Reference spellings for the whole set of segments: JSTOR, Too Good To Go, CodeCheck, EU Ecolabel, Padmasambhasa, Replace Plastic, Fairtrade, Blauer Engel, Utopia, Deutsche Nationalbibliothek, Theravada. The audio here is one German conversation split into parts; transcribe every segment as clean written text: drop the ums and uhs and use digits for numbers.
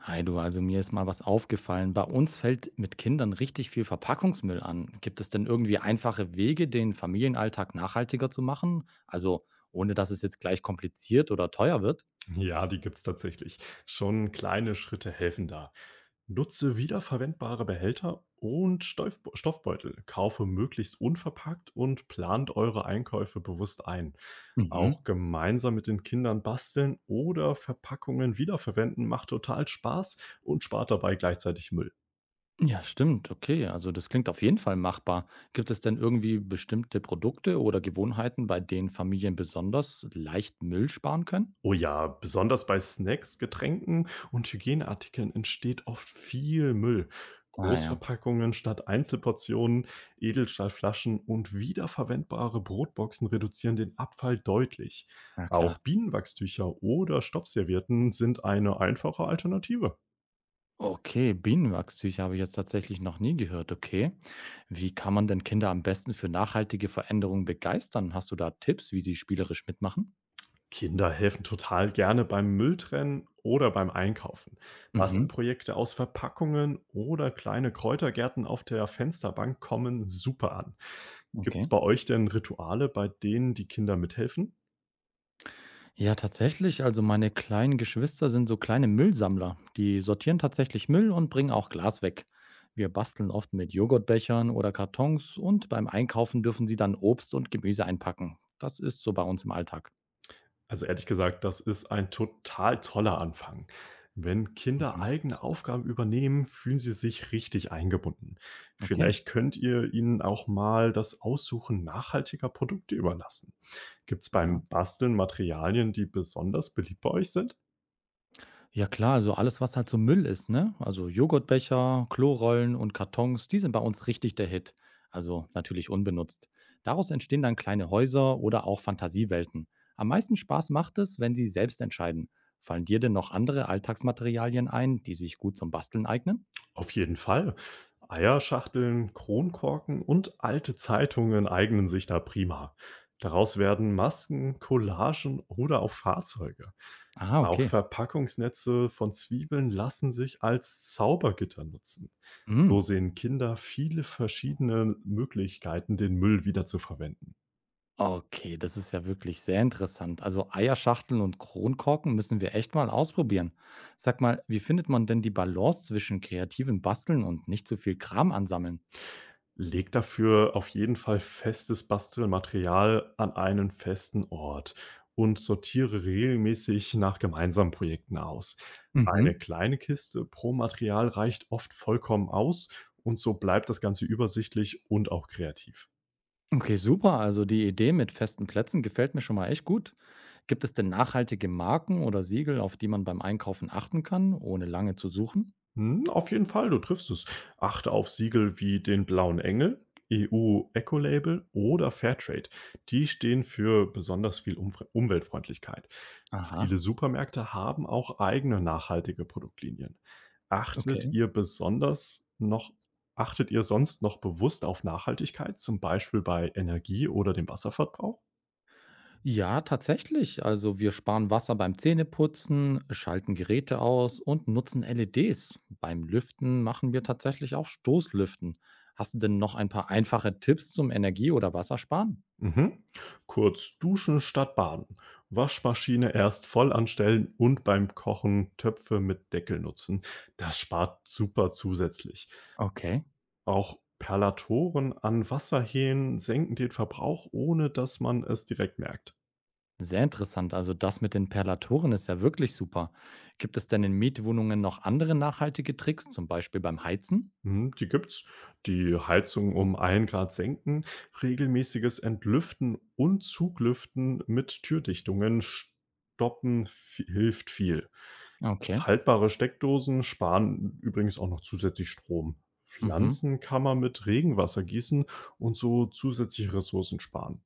Hi du, also mir ist mal was aufgefallen. Bei uns fällt mit Kindern richtig viel Verpackungsmüll an. Gibt es denn irgendwie einfache Wege, den Familienalltag nachhaltiger zu machen? Also ohne dass es jetzt gleich kompliziert oder teuer wird? Ja, die gibt's tatsächlich. Schon kleine Schritte helfen da. Nutze wiederverwendbare Behälter und Stoffbeutel. Kaufe möglichst unverpackt und plant eure Einkäufe bewusst ein. Mhm. Auch gemeinsam mit den Kindern basteln oder Verpackungen wiederverwenden macht total Spaß und spart dabei gleichzeitig Müll. Ja, stimmt. Okay, also das klingt auf jeden Fall machbar. Gibt es denn irgendwie bestimmte Produkte oder Gewohnheiten, bei denen Familien besonders leicht Müll sparen können? Oh ja, besonders bei Snacks, Getränken und Hygieneartikeln entsteht oft viel Müll. Ah ja, Großverpackungen statt Einzelportionen, Edelstahlflaschen und wiederverwendbare Brotboxen reduzieren den Abfall deutlich. na Auch klar. Bienenwachstücher oder Stoffservietten sind eine einfache Alternative. Okay, Bienenwachstücher habe ich jetzt tatsächlich noch nie gehört. Okay. Wie kann man denn Kinder am besten für nachhaltige Veränderungen begeistern? Hast du da Tipps, wie sie spielerisch mitmachen? Kinder helfen total gerne beim Mülltrennen oder beim Einkaufen. Mhm. Bastelprojekte aus Verpackungen oder kleine Kräutergärten auf der Fensterbank kommen super an. Gibt es Okay. bei euch denn Rituale, bei denen die Kinder mithelfen? Ja, tatsächlich. Also meine kleinen Geschwister sind so kleine Müllsammler. Die sortieren tatsächlich Müll und bringen auch Glas weg. Wir basteln oft mit Joghurtbechern oder Kartons und beim Einkaufen dürfen sie dann Obst und Gemüse einpacken. Das ist so bei uns im Alltag. Also ehrlich gesagt, das ist ein total toller Anfang. Wenn Kinder Mhm. eigene Aufgaben übernehmen, fühlen sie sich richtig eingebunden. Okay. Vielleicht könnt ihr ihnen auch mal das Aussuchen nachhaltiger Produkte überlassen. Gibt es Ja. beim Basteln Materialien, die besonders beliebt bei euch sind? Ja klar, also alles, was halt so Müll ist, ne? Also Joghurtbecher, Klorollen und Kartons, die sind bei uns richtig der Hit. Also natürlich unbenutzt. Daraus entstehen dann kleine Häuser oder auch Fantasiewelten. Am meisten Spaß macht es, wenn Sie selbst entscheiden. Fallen dir denn noch andere Alltagsmaterialien ein, die sich gut zum Basteln eignen? Auf jeden Fall. Eierschachteln, Kronkorken und alte Zeitungen eignen sich da prima. Daraus werden Masken, Collagen oder auch Fahrzeuge. Ah, Auch okay. Verpackungsnetze von Zwiebeln lassen sich als Zaubergitter nutzen. So Mhm. sehen Kinder viele verschiedene Möglichkeiten, den Müll wiederzuverwenden. Okay, das ist ja wirklich sehr interessant. Also Eierschachteln und Kronkorken müssen wir echt mal ausprobieren. Sag mal, wie findet man denn die Balance zwischen kreativem Basteln und nicht zu viel Kram ansammeln? Leg dafür auf jeden Fall festes Bastelmaterial an einen festen Ort und sortiere regelmäßig nach gemeinsamen Projekten aus. Eine Mhm. kleine Kiste pro Material reicht oft vollkommen aus und so bleibt das Ganze übersichtlich und auch kreativ. Okay, super. Also die Idee mit festen Plätzen gefällt mir schon mal echt gut. Gibt es denn nachhaltige Marken oder Siegel, auf die man beim Einkaufen achten kann, ohne lange zu suchen? Hm, auf jeden Fall, du triffst es. Achte auf Siegel wie den Blauen Engel, EU Ecolabel oder Fairtrade. Die stehen für besonders viel Umweltfreundlichkeit. Aha, Viele Supermärkte haben auch eigene nachhaltige Produktlinien. Achtet okay. ihr besonders noch, achtet ihr sonst noch bewusst auf Nachhaltigkeit, zum Beispiel bei Energie oder dem Wasserverbrauch? Ja, tatsächlich. Also wir sparen Wasser beim Zähneputzen, schalten Geräte aus und nutzen LEDs. Beim Lüften machen wir tatsächlich auch Stoßlüften. Hast du denn noch ein paar einfache Tipps zum Energie- oder Wassersparen? Mhm. Kurz duschen statt baden. Waschmaschine erst voll anstellen und beim Kochen Töpfe mit Deckel nutzen. Das spart super zusätzlich. Okay. Auch Perlatoren an Wasserhähnen senken den Verbrauch, ohne dass man es direkt merkt. Sehr interessant. Also das mit den Perlatoren ist ja wirklich super. Gibt es denn in Mietwohnungen noch andere nachhaltige Tricks, zum Beispiel beim Heizen? Mhm, die gibt's. Die Heizung um 1 Grad senken, regelmäßiges Entlüften und Zuglüften mit Türdichtungen stoppen vi hilft viel. Okay. Schaltbare Steckdosen sparen übrigens auch noch zusätzlich Strom. Mhm. Pflanzen kann man mit Regenwasser gießen und so zusätzliche Ressourcen sparen.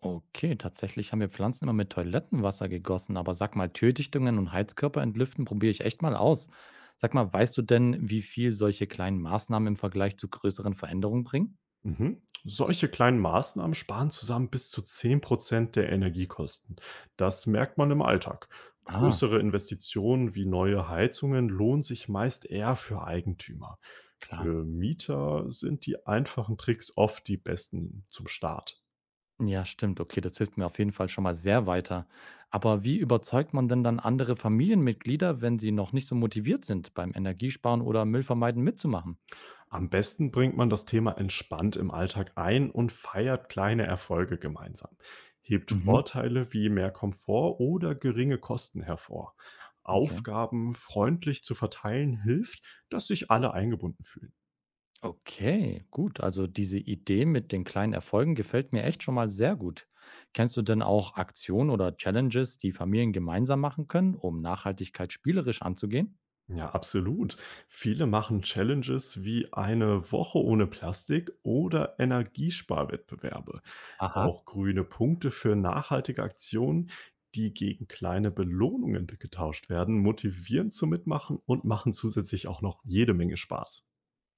Okay, tatsächlich haben wir Pflanzen immer mit Toilettenwasser gegossen, aber sag mal, Türdichtungen und Heizkörper entlüften probiere ich echt mal aus. Sag mal, weißt du denn, wie viel solche kleinen Maßnahmen im Vergleich zu größeren Veränderungen bringen? Mhm. Solche kleinen Maßnahmen sparen zusammen bis zu 10% der Energiekosten. Das merkt man im Alltag. Ah, Größere Investitionen wie neue Heizungen lohnen sich meist eher für Eigentümer. klar. Für Mieter sind die einfachen Tricks oft die besten zum Start. Ja, stimmt. Okay, das hilft mir auf jeden Fall schon mal sehr weiter. Aber wie überzeugt man denn dann andere Familienmitglieder, wenn sie noch nicht so motiviert sind, beim Energiesparen oder Müllvermeiden mitzumachen? Am besten bringt man das Thema entspannt im Alltag ein und feiert kleine Erfolge gemeinsam. Hebt Mhm, Vorteile wie mehr Komfort oder geringe Kosten hervor. okay. Aufgaben freundlich zu verteilen hilft, dass sich alle eingebunden fühlen. Okay, gut. Also diese Idee mit den kleinen Erfolgen gefällt mir echt schon mal sehr gut. Kennst du denn auch Aktionen oder Challenges, die Familien gemeinsam machen können, um Nachhaltigkeit spielerisch anzugehen? Ja, absolut. Viele machen Challenges wie eine Woche ohne Plastik oder Energiesparwettbewerbe. Aha. Auch grüne Punkte für nachhaltige Aktionen, die gegen kleine Belohnungen getauscht werden, motivieren zum Mitmachen und machen zusätzlich auch noch jede Menge Spaß.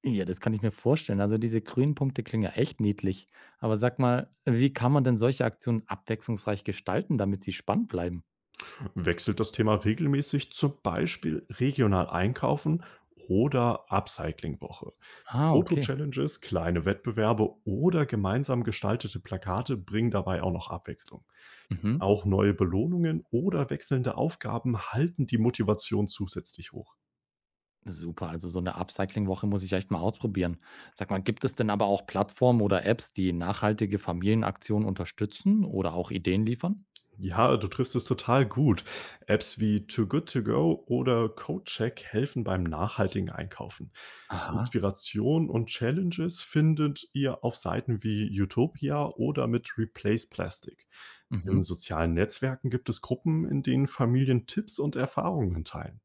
Ja, das kann ich mir vorstellen. Also diese grünen Punkte klingen ja echt niedlich. Aber sag mal, wie kann man denn solche Aktionen abwechslungsreich gestalten, damit sie spannend bleiben? Wechselt das Thema regelmäßig, zum Beispiel regional einkaufen oder Upcycling-Woche. Ah, okay. Foto-Challenges, kleine Wettbewerbe oder gemeinsam gestaltete Plakate bringen dabei auch noch Abwechslung. Mhm. Auch neue Belohnungen oder wechselnde Aufgaben halten die Motivation zusätzlich hoch. Super, also so eine Upcycling-Woche muss ich echt mal ausprobieren. Sag mal, gibt es denn aber auch Plattformen oder Apps, die nachhaltige Familienaktionen unterstützen oder auch Ideen liefern? Ja, du triffst es total gut. Apps wie Too Good To Go oder CodeCheck helfen beim nachhaltigen Einkaufen. Aha, Inspiration und Challenges findet ihr auf Seiten wie Utopia oder mit Replace Plastic. mhm. In sozialen Netzwerken gibt es Gruppen, in denen Familien Tipps und Erfahrungen teilen.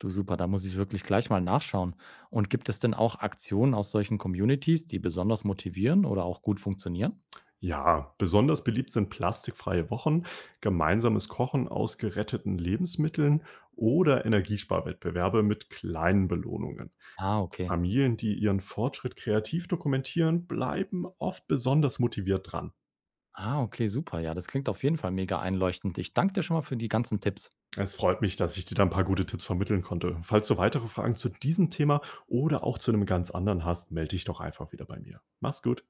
Du super, da muss ich wirklich gleich mal nachschauen. Und gibt es denn auch Aktionen aus solchen Communities, die besonders motivieren oder auch gut funktionieren? Ja, besonders beliebt sind plastikfreie Wochen, gemeinsames Kochen aus geretteten Lebensmitteln oder Energiesparwettbewerbe mit kleinen Belohnungen. Ah, okay. Familien, die ihren Fortschritt kreativ dokumentieren, bleiben oft besonders motiviert dran. Ah, okay, super. Ja, das klingt auf jeden Fall mega einleuchtend. Ich danke dir schon mal für die ganzen Tipps. Es freut mich, dass ich dir da ein paar gute Tipps vermitteln konnte. Falls du weitere Fragen zu diesem Thema oder auch zu einem ganz anderen hast, melde dich doch einfach wieder bei mir. Mach's gut.